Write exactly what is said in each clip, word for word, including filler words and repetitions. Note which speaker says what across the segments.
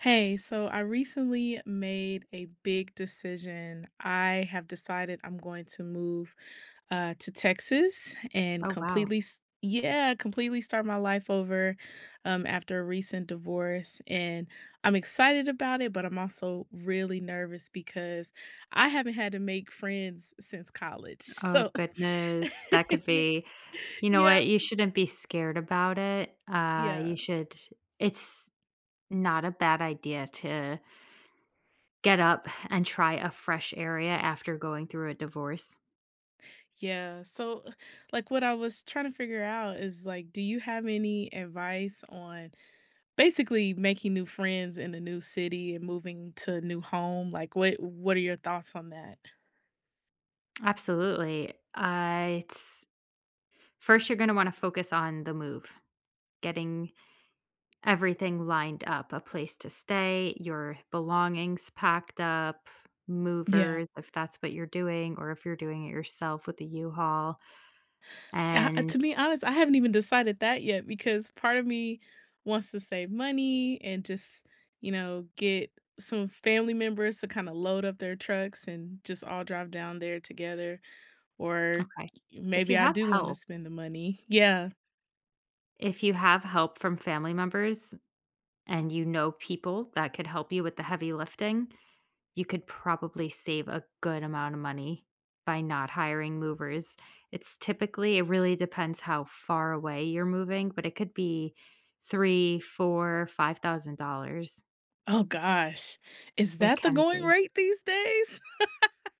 Speaker 1: Hey, so I recently made a big decision. I have decided I'm going to move uh, to Texas and
Speaker 2: Oh, wow.
Speaker 1: completely, s- yeah, completely start my life over um, after a recent divorce. And I'm excited about it, but I'm also really nervous because I haven't had to make friends since college.
Speaker 2: Oh,
Speaker 1: So,
Speaker 2: goodness. That could
Speaker 1: yeah,
Speaker 2: be You know what?
Speaker 1: yes,
Speaker 2: You shouldn't be scared about it. Uh, you
Speaker 1: yeah.
Speaker 2: should It's not a bad idea to get up and try a fresh area after going through a divorce.
Speaker 1: Yeah. So, like, what I was trying to figure out is like, do you have any advice on basically making new friends in a new city and moving to a new home? Like, what what are your thoughts on that?
Speaker 2: Absolutely. Uh, it's First, you're going to want to focus on the move, getting everything lined up a place to stay, your belongings packed up,
Speaker 1: Yeah.
Speaker 2: movers, if that's what you're doing, or if you're doing it yourself with the U Haul.
Speaker 1: I, I-
Speaker 2: And
Speaker 1: to be honest, I haven't even decided that yet because part of me wants to save money and just, you know, get some family members to kind of load up their trucks and just all drive down there together. Or
Speaker 2: Okay. If
Speaker 1: maybe
Speaker 2: you
Speaker 1: I
Speaker 2: have
Speaker 1: do want to
Speaker 2: help
Speaker 1: spend the money. Yeah.
Speaker 2: if you have help from family members and you know people that could help you with the heavy lifting, you could probably save a good amount of money by not hiring movers. It's typically it really depends how far away you're moving, but it could be three, four, five thousand dollars.
Speaker 1: Oh gosh. Is
Speaker 2: It
Speaker 1: that the
Speaker 2: can
Speaker 1: going
Speaker 2: be.
Speaker 1: rate these days?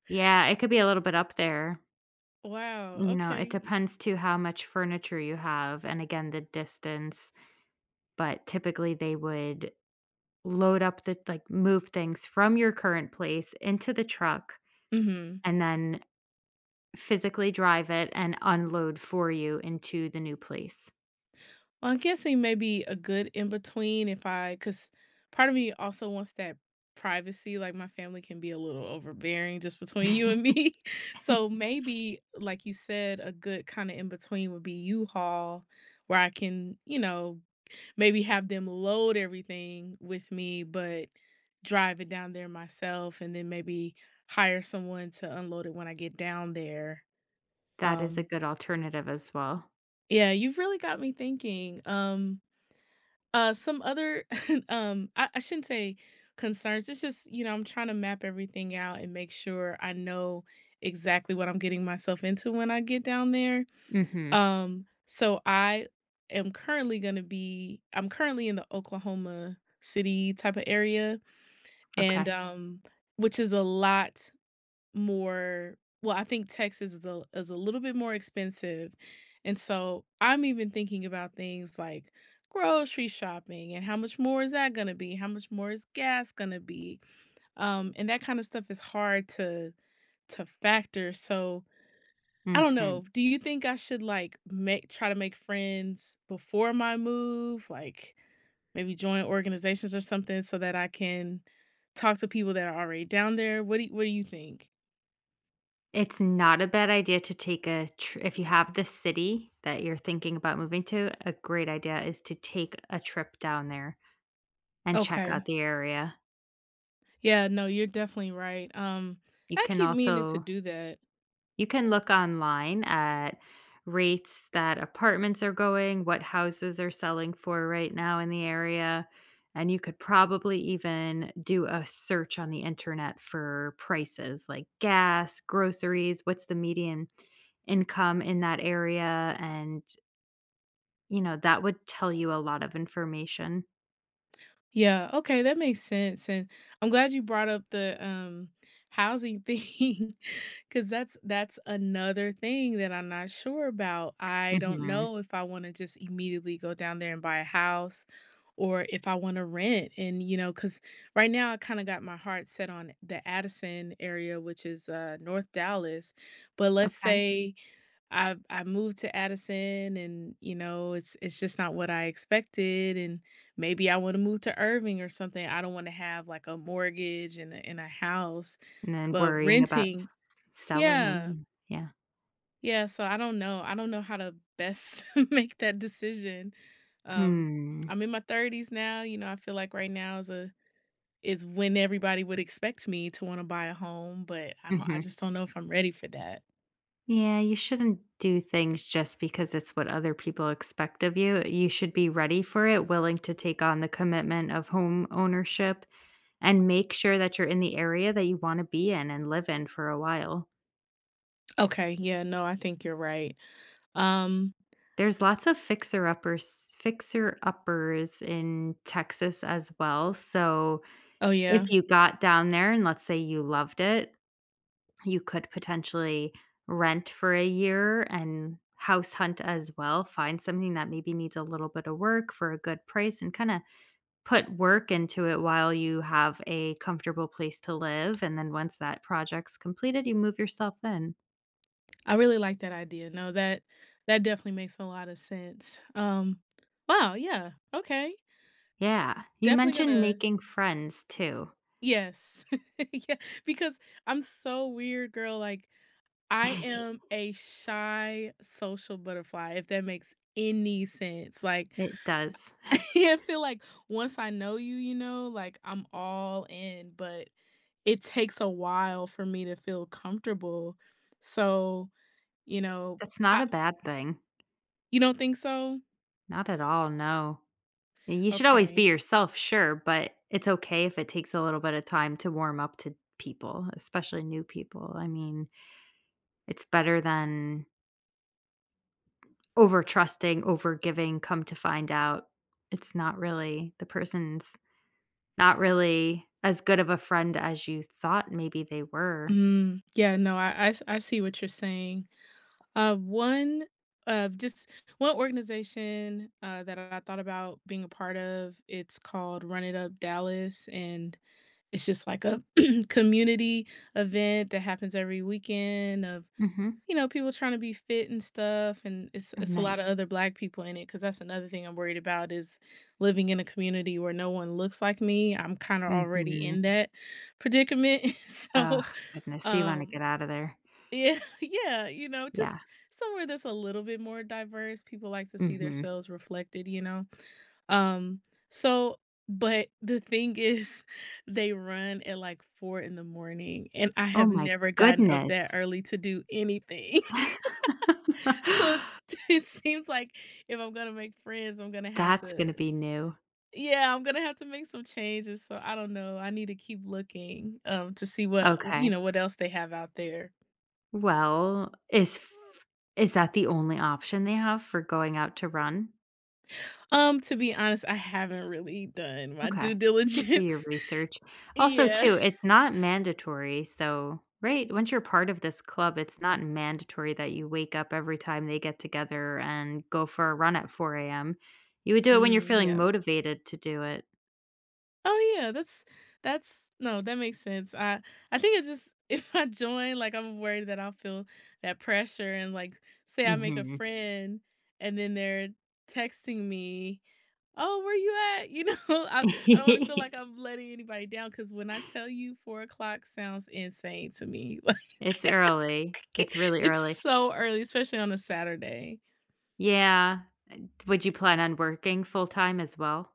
Speaker 2: Yeah, it could be a little bit up there.
Speaker 1: Wow,
Speaker 2: You know, it
Speaker 1: okay.
Speaker 2: depends to how much furniture you have and again the distance, but typically they would Load up the like, move things from your current place into the truck
Speaker 1: Mhm.
Speaker 2: and then physically drive it and unload for you into the new place.
Speaker 1: Well, I'm guessing maybe a good in between if I 'cause part of me also wants that privacy, like, my family can be a little overbearing just between you and me. So, maybe, like you said, a good kinda in between would be U-Haul where I can, you know, maybe have them load everything with me, but drive it down there myself and then maybe hire someone to unload it when I get down there.
Speaker 2: That is a
Speaker 1: Um,
Speaker 2: good alternative as well.
Speaker 1: yeah, you've really got me thinking. Um, uh, some other, um, I, I shouldn't say concerns. It's just, you know, I'm trying to map everything out and make sure I know exactly what I'm getting myself into when I get down there.
Speaker 2: Mhm.
Speaker 1: Um, so I am currently gonna be I'm currently in the Oklahoma City type of area, and
Speaker 2: Okay.
Speaker 1: um, which is a lot more well, I think Texas is a is a little bit more expensive. And so I'm even thinking about things like grocery shopping and how much more is that gonna be? How much more is gas gonna be? Um, and that kind of stuff is hard to to factor. So I don't
Speaker 2: Mhm.
Speaker 1: know. Do you think I should like make try to make friends before my move? Like maybe join organizations or something so that I can talk to people that are already down there? What do you, what do you think?
Speaker 2: It's not a bad idea to take a tr if you have the city that you're thinking about moving to, a great idea is to take a trip down there and check out
Speaker 1: Okay.
Speaker 2: the area.
Speaker 1: Yeah, no, you're definitely right. Um,
Speaker 2: You
Speaker 1: I
Speaker 2: can
Speaker 1: keep meaning to
Speaker 2: also
Speaker 1: do that.
Speaker 2: You can look online at rates that apartments are going, what houses are selling for right now in the area, and you could probably even do a search on the internet for prices like gas, groceries, what's the median income in that area and, you know, that would tell you a lot of information.
Speaker 1: Yeah, okay, that makes sense, and I'm glad you brought up the, um, housing thing, because that's that's another thing that I'm not sure about. I don't
Speaker 2: Mhm.
Speaker 1: know if I wanna just immediately go down there and buy a house or if I wanna rent and, you know, because right now I kinda got my heart set on the Addison area, which is, uh, North Dallas, but let's
Speaker 2: Okay.
Speaker 1: say I I moved to Addison and, you know, it's it's just not what I expected and maybe I want to move to Irving or something. I don't want to have like a mortgage and a, and a house,
Speaker 2: And then
Speaker 1: but
Speaker 2: worrying about s
Speaker 1: renting,
Speaker 2: selling
Speaker 1: yeah.
Speaker 2: and yeah.
Speaker 1: Yeah, so I don't know. I don't know how to best make that decision. Um,
Speaker 2: Hmm.
Speaker 1: I'm in my thirties now, you know, I feel like right now is a is when everybody would expect me to want to buy a home, but I don't I
Speaker 2: Mhm.
Speaker 1: just don't know if I'm ready for that.
Speaker 2: Yeah, you shouldn't do things just because it's what other people expect of you. You should be ready for it, willing to take on the commitment of home ownership, and make sure that you're in the area that you want to be in and live in for a while.
Speaker 1: Okay, yeah, no, I think you're right. Um.
Speaker 2: There's lots of fixer uppers fixer uppers in Texas as well. So
Speaker 1: Oh, yeah.
Speaker 2: if you got down there and let's say you loved it, you could potentially rent for a year and house hunt as well. Find something that maybe needs a little bit of work for a good price and kinda put work into it while you have a comfortable place to live, and then once that project's completed, you move yourself in.
Speaker 1: I really like that idea. No, that that definitely makes a lot of sense. Um, wow, yeah. Okay.
Speaker 2: Yeah. You
Speaker 1: Definitely
Speaker 2: mentioned
Speaker 1: gonna,
Speaker 2: making friends too.
Speaker 1: yes. Yeah, because I'm so weird, girl. Like I am a shy social butterfly, if that makes any sense. Like
Speaker 2: It does.
Speaker 1: I feel like once I know you, you know, like I'm all in, but it takes a while for me to feel comfortable. So, you know,
Speaker 2: That's not
Speaker 1: I
Speaker 2: a bad thing.
Speaker 1: you don't think so?
Speaker 2: Not at all, no. You should always be
Speaker 1: Okay.
Speaker 2: yourself, sure, but it's okay if it takes a little bit of time to warm up to people, especially new people. I mean, it's better than over trusting, over giving, come to find out it's not really the person's not really as good of a friend as you thought maybe they were.
Speaker 1: Mm, yeah, no, I, I s- I see what you're saying. Uh, one, uh, just One organization uh, that I thought about being a part of. It's called Run It Up Dallas, and it's just like a community event that happens every weekend of,
Speaker 2: Mhm.
Speaker 1: you know, people trying to be fit and stuff, and it's
Speaker 2: Oh,
Speaker 1: it's a lot of
Speaker 2: nice.
Speaker 1: other Black people in it because that's another thing I'm worried about is living in a community where no one looks like me. I'm kind of already
Speaker 2: Mhm.
Speaker 1: in that predicament,
Speaker 2: Oh,
Speaker 1: so.
Speaker 2: goodness, you wanna
Speaker 1: Um,
Speaker 2: get out of there.
Speaker 1: yeah, yeah, you know, just
Speaker 2: Yeah.
Speaker 1: somewhere that's a little bit more diverse. People like to see
Speaker 2: Mhm.
Speaker 1: themselves reflected, you know. Um, so but the thing is they run at like four in the morning and I
Speaker 2: Oh
Speaker 1: have
Speaker 2: my
Speaker 1: never gotten up
Speaker 2: goodness.
Speaker 1: that early to do anything. So it's it seems like if I'm gonna make friends, I'm gonna have
Speaker 2: That's gonna
Speaker 1: to,
Speaker 2: be new.
Speaker 1: yeah, I'm gonna have to make some changes. So I don't know. I need to keep looking um to see what, you
Speaker 2: Okay.
Speaker 1: know, what else they have out there.
Speaker 2: Well, is f is that the only option they have for going out to run?
Speaker 1: Um, to be honest, I haven't really done my
Speaker 2: Okay.
Speaker 1: due
Speaker 2: You could do your
Speaker 1: diligence.
Speaker 2: research. Also,
Speaker 1: Yeah.
Speaker 2: too, it's not mandatory, so right, once you're part of this club, it's not mandatory that you wake up every time they get together and go for a run at four a m. You would do it when you're
Speaker 1: Mm,
Speaker 2: feeling
Speaker 1: yeah.
Speaker 2: motivated to do it.
Speaker 1: Oh yeah, that's that's no, that makes sense. I I think it just if I join, like I'm worried that I'll feel that pressure and like say I make a
Speaker 2: Mhm.
Speaker 1: friend and then they're texting me, "Oh, where you at?" You know, I I don't want to feel like I'm letting anybody down because when I tell you four o'clock sounds insane to me, like
Speaker 2: It's early. It's really
Speaker 1: it's
Speaker 2: early.
Speaker 1: so early, especially on a Saturday.
Speaker 2: Yeah. Would you plan on working full-time as well?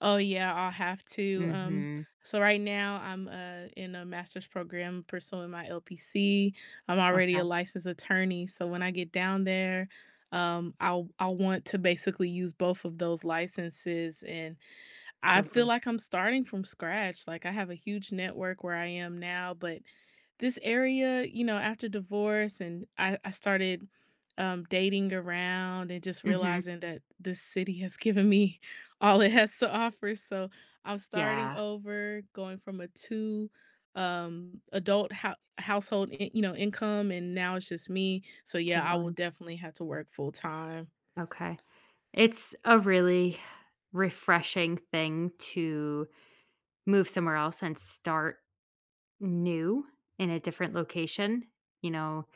Speaker 1: Oh yeah, I'll have to. Um,
Speaker 2: Mhm.
Speaker 1: so right now I'm uh in a master's program pursuing my L P C. I'm already a
Speaker 2: Okay,
Speaker 1: licensed attorney, so when I get down there, um, I'll I'll want to basically use both of those licenses and I feel
Speaker 2: perfect.
Speaker 1: like I'm starting from scratch. Like I have a huge network where I am now, but this area, you know, after divorce and I, I started um, dating around and just
Speaker 2: Mhm.
Speaker 1: realizing that this city has given me all it has to offer. So I'm starting
Speaker 2: Yeah,
Speaker 1: over, going from a two um adult ho- household in- you know income and now it's just me, so
Speaker 2: to
Speaker 1: yeah, I will
Speaker 2: one.
Speaker 1: definitely have to work full time.
Speaker 2: Okay. It's a really refreshing thing to move somewhere else and start new in a different location. You know,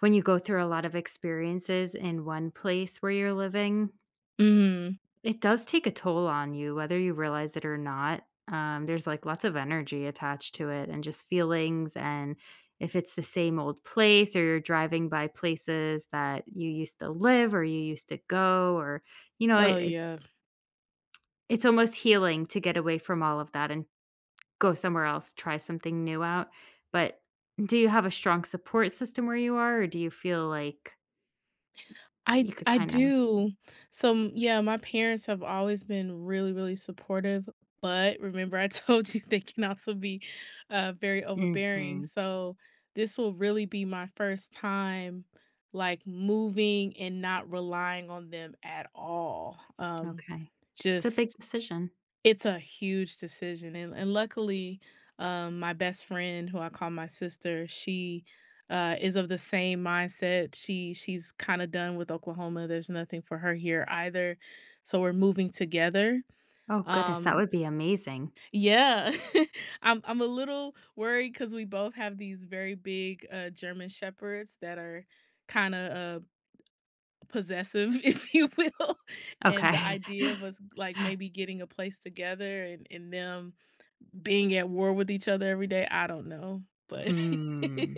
Speaker 2: when you go through a lot of experiences in one place where you're living,
Speaker 1: Hmm.
Speaker 2: it does take a toll on you, whether you realize it or not. Um, there's like lots of energy attached to it and just feelings. And if it's the same old place or you're driving by places that you used to live or you used to go, or, you know,
Speaker 1: Oh
Speaker 2: it, it,
Speaker 1: yeah,
Speaker 2: it's almost healing to get away from all of that and go somewhere else, try something new out. But do you have a strong support system where you are, or do you feel like
Speaker 1: I
Speaker 2: you could
Speaker 1: I
Speaker 2: kind of?
Speaker 1: do. So, m yeah, my parents have always been really, really supportive, but remember I told you they can also be, uh, very overbearing,
Speaker 2: Hmm.
Speaker 1: so this will really be my first time, like, moving and not relying on them at all. Um,
Speaker 2: Okay. It's a big
Speaker 1: just
Speaker 2: decision.
Speaker 1: It's a huge decision, and and luckily, um, my best friend, who I call my sister, she, uh, is of the same mindset. She she's kinda done with Oklahoma, there's nothing for her here either, so we're moving together.
Speaker 2: Oh, goodness, that
Speaker 1: Um,
Speaker 2: would be amazing.
Speaker 1: yeah. I'm I'm a little worried because we both have these very big, uh, German Shepherds that are kinda, uh, possessive, if you will, and the
Speaker 2: Okay.
Speaker 1: idea of us, like, maybe getting a place together and and them being at war with each other every day, I don't know, but
Speaker 2: Hmm.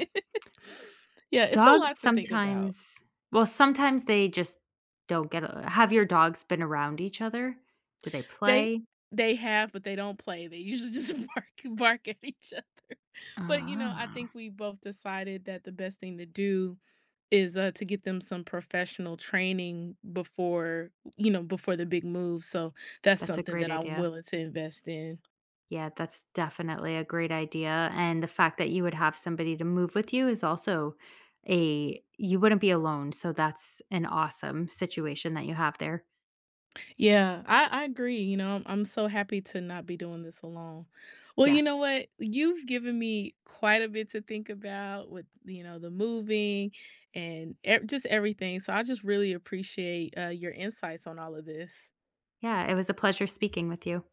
Speaker 1: yeah, it's a
Speaker 2: Dogs
Speaker 1: lot to think about.
Speaker 2: sometimes Well, sometimes they just don't get a have your dogs been around each other? Do they
Speaker 1: They
Speaker 2: play?
Speaker 1: they have, but they don't play. They usually just bark bark at each other. But, you know, I
Speaker 2: Ah,
Speaker 1: think we both decided that the best thing to do is, uh, to get them some professional training before, you know, before the big move, so that's
Speaker 2: that's a
Speaker 1: something
Speaker 2: great
Speaker 1: that I'm
Speaker 2: idea.
Speaker 1: willing to invest in.
Speaker 2: Yeah, that's definitely a great idea, and the fact that you would have somebody to move with you is also a you wouldn't be alone, so that's an awesome situation that you have there.
Speaker 1: Yeah, I, I agree. You know, I'm, I'm so happy to not be doing this alone. Well, you
Speaker 2: Yes.
Speaker 1: know what? You've given me quite a bit to think about with, you know, the moving and e- just everything. So I just really appreciate uh, your insights on all of this.
Speaker 2: Yeah, it was a pleasure speaking with you.